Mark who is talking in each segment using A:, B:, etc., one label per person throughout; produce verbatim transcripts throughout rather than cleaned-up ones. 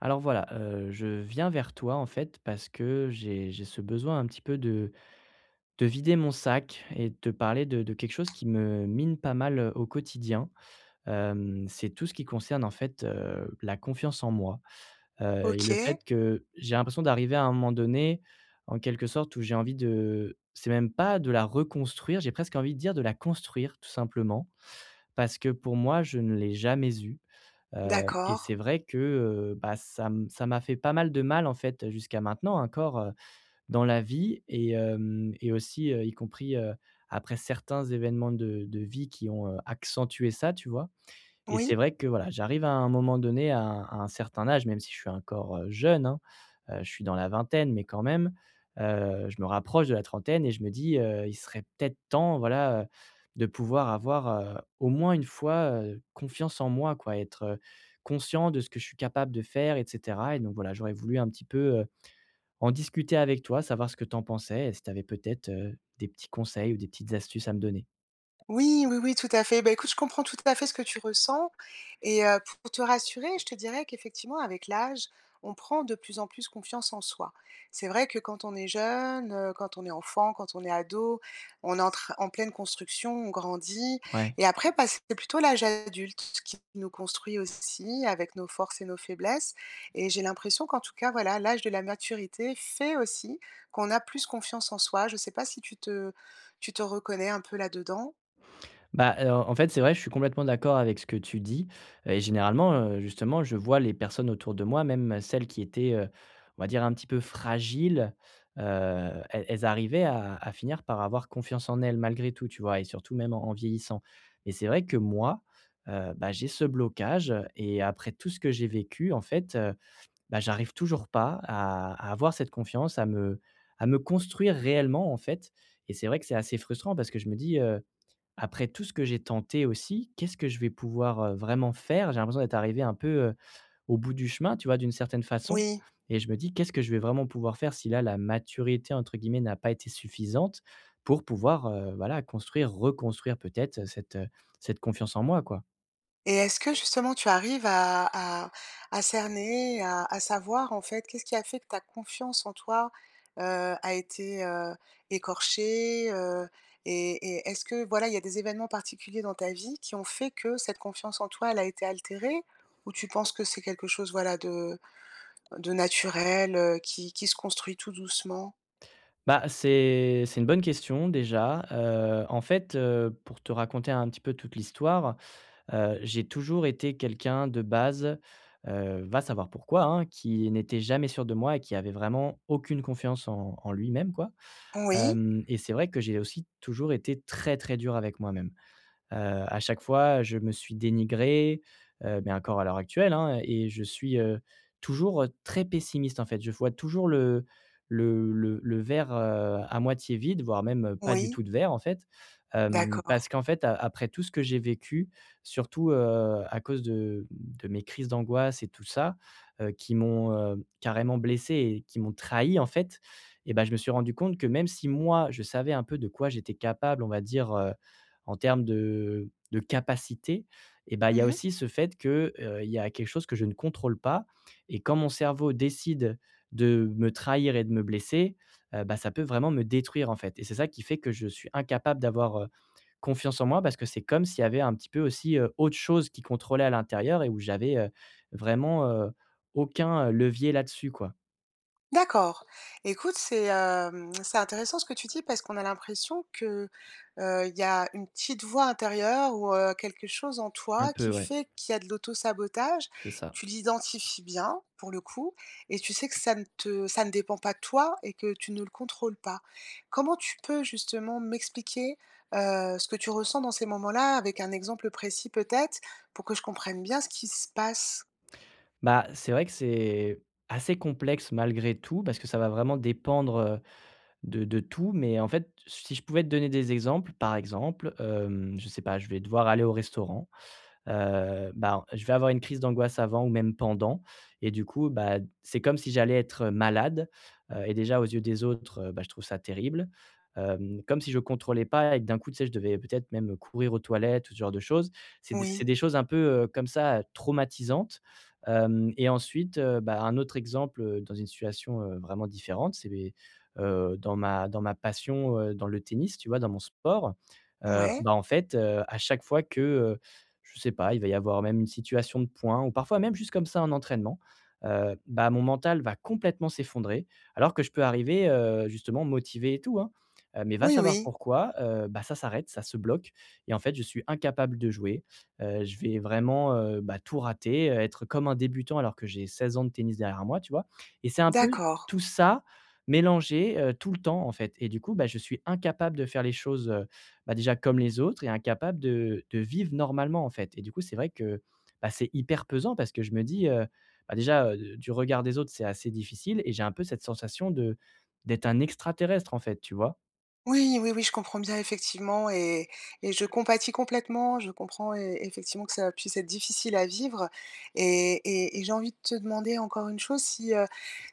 A: Alors voilà, heu, je viens vers toi en fait parce que j'ai j'ai ce besoin un petit peu de de vider mon sac et de te parler de de quelque chose qui me mine pas mal, heu, au quotidien. Hem, c'est tout ce qui concerne en fait, heu, la confiance en moi, heu et le
B: OK,
A: fait que j'ai l'impression d'arriver à un moment donné, en quelque sorte, où j'ai envie de c'est même pas de la reconstruire, j'ai presque envie de dire de la construire tout simplement. Parce que pour moi, je ne l'ai jamais eu, heu et c'est
B: d'accord,
A: vrai que, heu, bah, ça m ça m'a fait pas mal de mal, en fait, jusqu'à maintenant encore, heu, dans la vie et hem et aussi, heu, y compris, heu, après certains événements de de vie qui ont, heu, accentué ça, tu vois? Et c'est
B: oui.
A: vrai que, voilà, j'arrive à un moment donné, à un à un certain âge, même si je suis encore, heu, jeune, hein. Heu, je suis dans la vingtaine, mais quand même, heu, je me rapproche de la trentaine et je me dis, heu: «Il serait peut-être temps, voilà, heu, de pouvoir avoir, heu, au moins une fois, heu, confiance en moi, quoi». Être, heu, conscient de ce que je suis capable de faire et cetera et donc voilà, j'aurais voulu un petit peu, heu, en discuter avec toi, savoir ce que tu en pensais et si tu avais peut-être, heu, des petits conseils ou des petites astuces à me donner.
B: Oui, oui, oui, tout à fait. Bah, écoute, je comprends tout à fait ce que tu ressens et heu, pour te rassurer, je te dirais qu'effectivement avec l'âge, on prend de plus en plus confiance en soi. C'est vrai que quand on est jeune, heu, quand on est enfant, quand on est ado, on est en train en pleine construction, on grandit
A: Ouais.
B: et après, bah, c'est plutôt l'âge adulte qui nous construit aussi avec nos forces et nos faiblesses et j'ai l'impression qu'en tout cas, voilà, l'âge de la maturité fait aussi qu'on a plus confiance en soi. Je ne sais pas si tu te tu te reconnais un peu là-dedans?
A: Bah, heu, en fait, c'est vrai, je suis complètement d'accord avec ce que tu dis et généralement, heu, justement, je vois les personnes autour de moi, même celles qui étaient, heu, on va dire un petit peu fragiles, heu, elles elles arrivaient à à finir par avoir confiance en elles malgré tout, tu vois? Et surtout même en en vieillissant. Et c'est vrai que moi, heu, bah, j'ai ce blocage et après tout ce que j'ai vécu, en fait, heu, bah, j'arrive toujours pas à à avoir cette confiance, à me à me construire réellement, en fait. Et c'est vrai que c'est assez frustrant parce que je me dis, euh, après tout ce que j'ai tenté aussi, qu'est-ce que je vais pouvoir, heu, vraiment faire? J'ai l'impression d'être arrivé un peu, heu, au bout du chemin, tu vois, d'une certaine façon
B: Oui,
A: et je me dis: «Qu'est-ce que je vais vraiment pouvoir faire si là, la maturité, entre guillemets, n'a pas été suffisante pour pouvoir, heu, voilà, construire, reconstruire peut-être, cette, heu, cette confiance en moi, quoi?»
B: et est-ce que justement tu arrives à à à cerner, à à savoir en fait qu'est-ce qui a fait que ta confiance en toi, heu, a été, heu, écorchée, heu et et est-ce que voilà, il y a des événements particuliers dans ta vie qui ont fait que cette confiance en toi, elle a été altérée? Ou tu penses que c'est quelque chose, voilà, de de naturel, heu, qui qui se construit tout doucement?
A: Bah, c'est c'est une bonne question déjà, heu, en fait, heu, pour te raconter un petit peu toute l'histoire. Heu, j'ai toujours été quelqu'un de base, heu, va savoir pourquoi, hein, qui n'était jamais sûr de moi et qui avait vraiment aucune confiance en en lui-même, quoi.
B: Oui,
A: Hem et c'est vrai que j'ai aussi toujours été très, très dur avec moi-même. Heu, à chaque fois, je me suis dénigré, heu, mais encore à l'heure actuelle, hein, et je suis, heu, toujours, heu, très pessimiste, en fait. Je vois toujours le le le le verre, heu, à moitié vide, voire même, heu, pas du
B: oui,
A: tout de verre, en fait. Hem,
B: d'accord.
A: parce qu'en fait, a après tout ce que j'ai vécu, surtout, heu, à cause de de mes crises d'angoisse et tout ça, heu, qui m'ont, heu, carrément blessé et qui m'ont trahi, en fait, et ben, je me suis rendu compte que même si moi, je savais un peu de quoi j'étais capable, on va dire, en termes de de capacité et ben il y a
B: Mmh.
A: aussi ce fait que, heu, il y a quelque chose que je ne contrôle pas et quand mon cerveau décide de me trahir et de me blesser, heu, bah, ça peut vraiment me détruire, en fait et c'est ça qui fait que je suis incapable d'avoir, heu, confiance en moi parce que c'est comme s'il y avait un petit peu aussi, heu, autre chose qui contrôlait à l'intérieur et où j'avais, heu, vraiment, heu, aucun, euh, levier là-dessus, quoi.
B: D'accord. Écoute, c'est, hem, c'est intéressant ce que tu dis parce qu'on a l'impression que, heu, il y a une petite voix intérieure ou, heu, quelque chose en
A: Un
B: toi
A: peu,
B: qui
A: ouais.
B: fait qu'il y a de l'auto-sabotage.
A: C'est ça.
B: Tu l'identifies bien, pour le coup, et tu sais que ça ne te ça ne dépend pas de toi et que tu ne le contrôles pas. Comment tu peux justement m'expliquer, heu, ce que tu ressens dans ces moments-là avec un exemple précis peut-être, pour que je comprenne bien ce qui se passe?
A: Bah, c'est vrai que c'est assez complexe malgré tout parce que ça va vraiment dépendre, heu, de de tout mais en fait, si je pouvais te donner des exemples, par exemple, hem, je sais pas, je vais devoir aller au restaurant. Heu, ben, je vais avoir une crise d'angoisse avant ou même pendant et du coup, bah, c'est comme si j'allais être malade, heu et déjà aux yeux des autres, heu, bah, je trouve ça terrible. Hem, comme si je contrôlais pas et que d'un coup, tu sais, je devais peut-être même courir aux toilettes ou ce genre de choses. C'est des
B: Oui.
A: c'est des choses un peu, heu, comme ça, traumatisantes. Hem et ensuite, heu, bah, un autre exemple, heu, dans une situation, heu, vraiment différente, c'est, heu, dans ma dans ma passion, heu, dans le tennis, tu vois, dans mon sport, heu,
B: Ouais.
A: bah, en fait, heu, à chaque fois que, je sais pas, il va y avoir même une situation de points ou parfois même juste comme ça en entraînement, heu, bah, mon mental va complètement s'effondrer alors que je peux arriver, heu, justement motivé et tout, hein, heu, mais va
B: Oui,
A: savoir
B: oui.
A: pourquoi, heu, bah, ça s'arrête, ça se bloque et en fait, je suis incapable de jouer. Heu, je vais vraiment, heu, bah, tout rater, heu, être comme un débutant alors que j'ai seize ans de tennis derrière moi, tu vois? Et c'est un peu
B: D'accord.
A: tout ça mélangé, heu, tout le temps, en fait et du coup, bah, je suis incapable de faire les choses, heu, bah, déjà comme les autres et incapable de de vivre normalement, en fait. Et du coup, c'est vrai que, bah, c'est hyper pesant parce que je me dis, heu, bah, déjà, heu, du regard des autres, c'est assez difficile et j'ai un peu cette sensation de d'être un extraterrestre, en fait, tu vois?
B: Oui, oui, oui, je comprends bien effectivement et et je compatis complètement. Je comprends e effectivement que ça puisse être difficile à vivre et et et j'ai envie de te demander encore une chose, si, heu,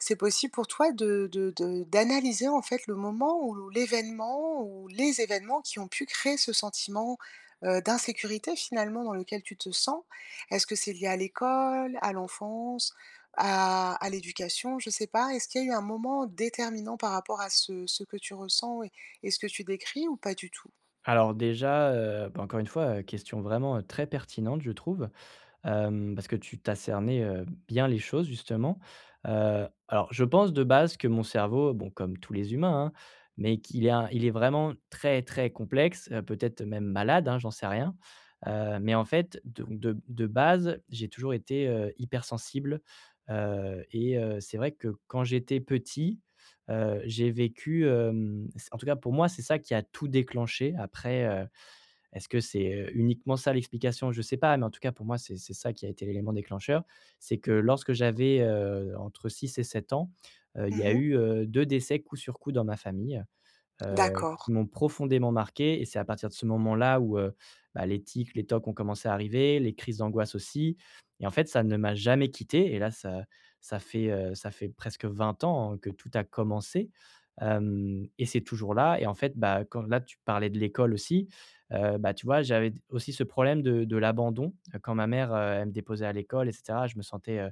B: c'est possible pour toi de de de d'analyser, en fait, le moment ou l'événement ou les événements qui ont pu créer ce sentiment, heu, d'insécurité, finalement, dans lequel tu te sens? Est-ce que c'est lié à l'école, à l'enfance, à à l'éducation? Je sais pas. Est-ce qu'il y a eu un moment déterminant par rapport à ce ce que tu ressens et ce que tu décris ou pas du tout?
A: Alors déjà, heu, bah, encore une fois, heu, question vraiment, heu, très pertinente, je trouve. Hem, parce que tu tu cerné, heu, bien les choses justement. Heu, alors je pense de base que mon cerveau, bon comme tous les humains, hein, mais qu'il est un il est vraiment très, très complexe, heu, peut-être même malade, hein, j'en sais rien. Heu, mais en fait donc de de base, j'ai toujours été, heu, hypersensible, heu et heu, c'est vrai que quand j'étais petit, heu, j'ai vécu, hem, c en tout cas pour moi, c'est ça qui a tout déclenché après. Est-ce que c'est, uniquement ça l'explication? Je ne sais pas, mais en tout cas pour moi, c'est c'est ça qui a été l'élément déclencheur. C'est que lorsque j'avais, heu, entre six et sept ans, heu, il y a
B: Mmh.
A: eu, heu, deux décès coup sur coup dans ma famille, heu, qui
B: D'accord.
A: m'ont profondément marqué et c'est à partir de ce moment-là où, heu, bah, les tics, les tocs ont commencé à arriver, les crises d'angoisse aussi et en fait, ça ne m'a jamais quitté et là, ça ça fait, heu, ça fait presque vingt ans que tout a commencé, hem et c'est toujours là et en fait, bah, quand là, tu parlais de l'école aussi, heu, bah, tu vois, j'avais aussi ce problème de de l'abandon, heu, quand ma mère, heu, elle me déposait à l'école et cetera, je me sentais, euh,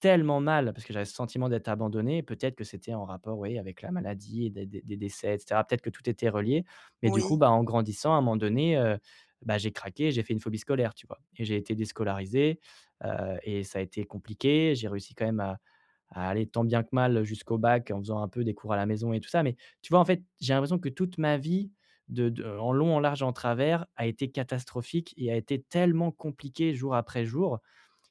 A: tellement mal parce que j'avais ce sentiment d'être abandonné. Peut-être que c'était en rapport, oui, avec la maladie et des des des décès et cetera. Peut-être que tout était relié, mais du coup,
B: Oui.
A: bah, en grandissant, à un moment donné, heu, bah, j'ai craqué, j'ai fait une phobie scolaire, tu vois? Et j'ai été déscolarisé, heu et ça a été compliqué. J'ai réussi quand même à à aller tant bien que mal jusqu'au bac en faisant un peu des cours à la maison et tout ça, mais tu vois, en fait, j'ai l'impression que toute ma vie de de en long, en large en travers a été catastrophique et a été tellement compliquée jour après jour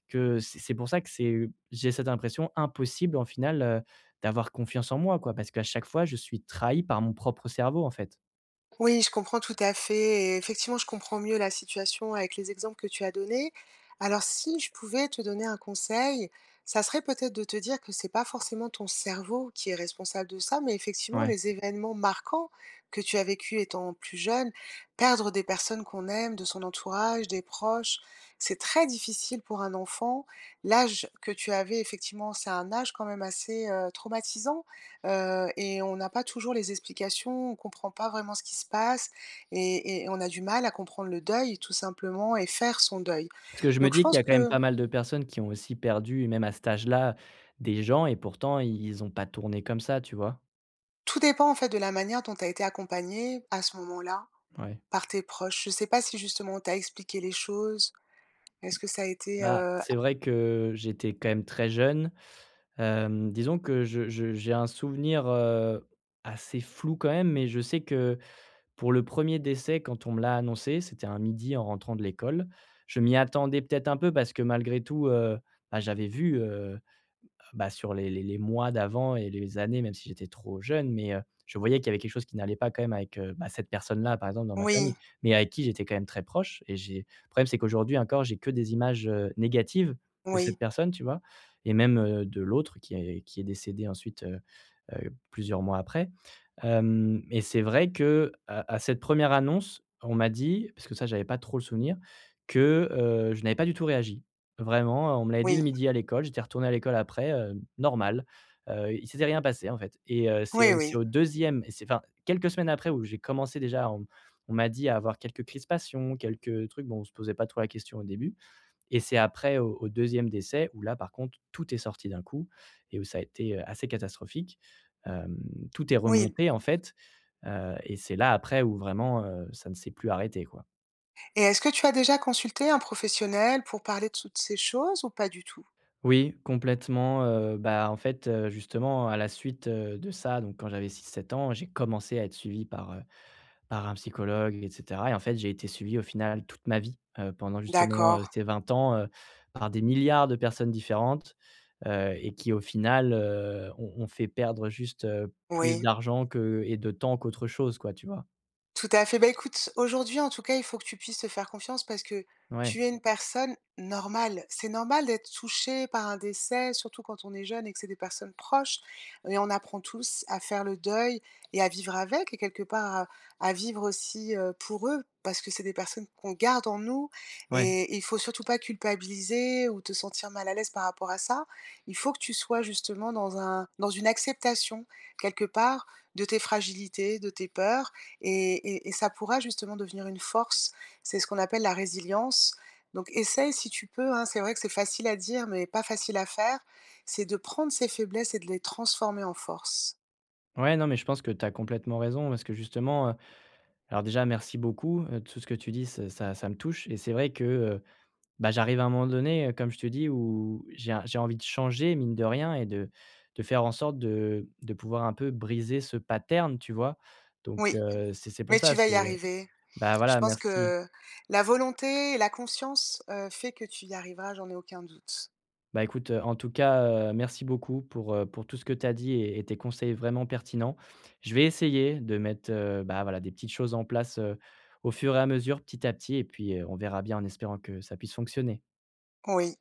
A: que c'est c'est pour ça que c'est j'ai cette impression impossible en finale, heu, d'avoir confiance en moi, quoi. Parce qu'à chaque fois, je suis trahi par mon propre cerveau, en fait.
B: Oui, je comprends tout à fait et effectivement, je comprends mieux la situation avec les exemples que tu as donnés. Alors si je pouvais te donner un conseil, ça serait peut-être de te dire que c'est pas forcément ton cerveau qui est responsable de ça, mais effectivement
A: Ouais.
B: les événements marquants que tu as vécu étant plus jeune. Perdre des personnes qu'on aime, de son entourage, des proches, c'est très difficile pour un enfant. L'âge que tu avais effectivement, c'est un âge quand même assez, heu, traumatisant. Heu et on n'a pas toujours les explications, on comprend pas vraiment ce qui se passe et et on a du mal à comprendre le deuil tout simplement et faire son deuil.
A: Parce que je me
B: Donc je
A: dis qu'il y
B: pense
A: a quand même
B: que
A: pas mal de personnes qui ont aussi perdu, même à cet âge-là, des gens et pourtant ils ont pas tourné comme ça, tu vois?
B: tout dépend en fait de la manière dont tu as été accompagnée à ce moment-là
A: Ouais.
B: par tes proches. Je sais pas si justement on t'a expliqué les choses. Est-ce que ça a été,
A: Bah,
B: heu
A: c'est vrai que j'étais quand même très jeune. Hem, disons que je je j'ai un souvenir, heu, assez flou quand même, mais je sais que pour le premier décès, quand on me l'a annoncé, c'était un midi en rentrant de l'école. Je m'y attendais peut-être un peu parce que malgré tout, heu, bah, j'avais vu, heu, bah, sur les les les mois d'avant et les années, même si j'étais trop jeune, mais heu, je voyais qu'il y avait quelque chose qui n'allait pas quand même avec, heu, bah, cette personne-là, par exemple, dans ma famille,
B: oui,
A: mais avec qui j'étais quand même très proche et j'ai le problème, c'est qu'aujourd'hui encore, j'ai que des images, heu, négatives de cette
B: oui,
A: personne, tu vois? Et même, heu, de l'autre qui est qui est décédé ensuite, heu heu, plusieurs mois après. Hem et c'est vrai que, à à cette première annonce, on m'a dit, parce que ça j'avais pas trop le souvenir, que, heu, je n'avais pas du tout réagi. Vraiment, on me l'avait dit le
B: oui,
A: midi à l'école, j'étais retourné à l'école après, heu, normal. Heu, il s'était rien passé en fait et heu, c'est
B: oui,
A: au c'est
B: oui,
A: au deuxième et c'est enfin, quelques semaines après où j'ai commencé déjà, on on m'a dit à avoir quelques crispations, quelques trucs. Bon, on se posait pas trop la question au début et c'est après au au deuxième décès où là par contre tout est sorti d'un coup et où ça a été, heu, assez catastrophique. Hem, Tout est
B: oui,
A: remonté en fait, heu et c'est là après où vraiment, heu, ça ne s'est plus arrêté quoi.
B: et est-ce que tu as déjà consulté un professionnel pour parler de toutes ces choses ou pas du tout?
A: Oui, complètement, heu, bah, en fait, heu, justement à la suite, heu, de ça donc quand j'avais six sept ans, j'ai commencé à être suivi par, heu Par un psychologue et cetera et en fait, j'ai été suivi au final toute ma vie, heu, pendant justement,
B: D'accord,
A: heu, ces vingt ans, heu, par des milliards de personnes différentes, heu et qui au final, heu, ont ont fait perdre juste, heu, plus
B: oui.
A: d'argent que et de temps qu'autre chose quoi, tu vois?
B: Tout à fait. Bah, écoute, aujourd'hui, en tout cas, il faut que tu puisses te faire confiance parce que
A: Ouais,
B: tu es une personne normale. C'est normal d'être touché par un décès, surtout quand on est jeune et que c'est des personnes proches. Et on apprend tous à faire le deuil et à vivre avec, et quelque part à, à vivre aussi euh, pour eux, parce que c'est des personnes qu'on garde en nous.
A: ouais.
B: Et il faut surtout pas culpabiliser ou te sentir mal à l'aise par rapport à ça. Il faut que tu sois justement dans un, dans une acceptation, quelque part, de tes fragilités, de tes peurs et et et ça pourra justement devenir une force. C'est ce qu'on appelle la résilience. Donc essaye si tu peux, hein, c'est vrai que c'est facile à dire, mais pas facile à faire. C'est de prendre ses faiblesses et de les transformer en force.
A: Ouais, non, mais je pense que tu as complètement raison parce que justement, heu alors déjà merci beaucoup, heu, tout ce que tu dis, ça ça ça me touche et c'est vrai que, bah, j'arrive à un moment donné, heu, comme je te dis, où j'ai un j'ai envie de changer mine de rien et de de faire en sorte de de pouvoir un peu briser ce pattern, tu vois? Donc
B: Oui,
A: heu, c'est c'est pour
B: mais
A: ça,
B: tu vas y
A: c'est
B: arriver.
A: bah,
B: Je
A: voilà,
B: pense
A: merci.
B: que la volonté et la conscience, heu, fait que tu y arriveras, j'en ai aucun doute.
A: Bah, écoute, heu, en tout cas, heu, merci beaucoup pour, heu, pour tout ce que tu as dit et et tes conseils vraiment pertinents. Je vais essayer de mettre, heu, bah, voilà, des petites choses en place, heu, au fur et à mesure, petit à petit et puis, heu, on verra bien en espérant que ça puisse fonctionner.
B: Oui.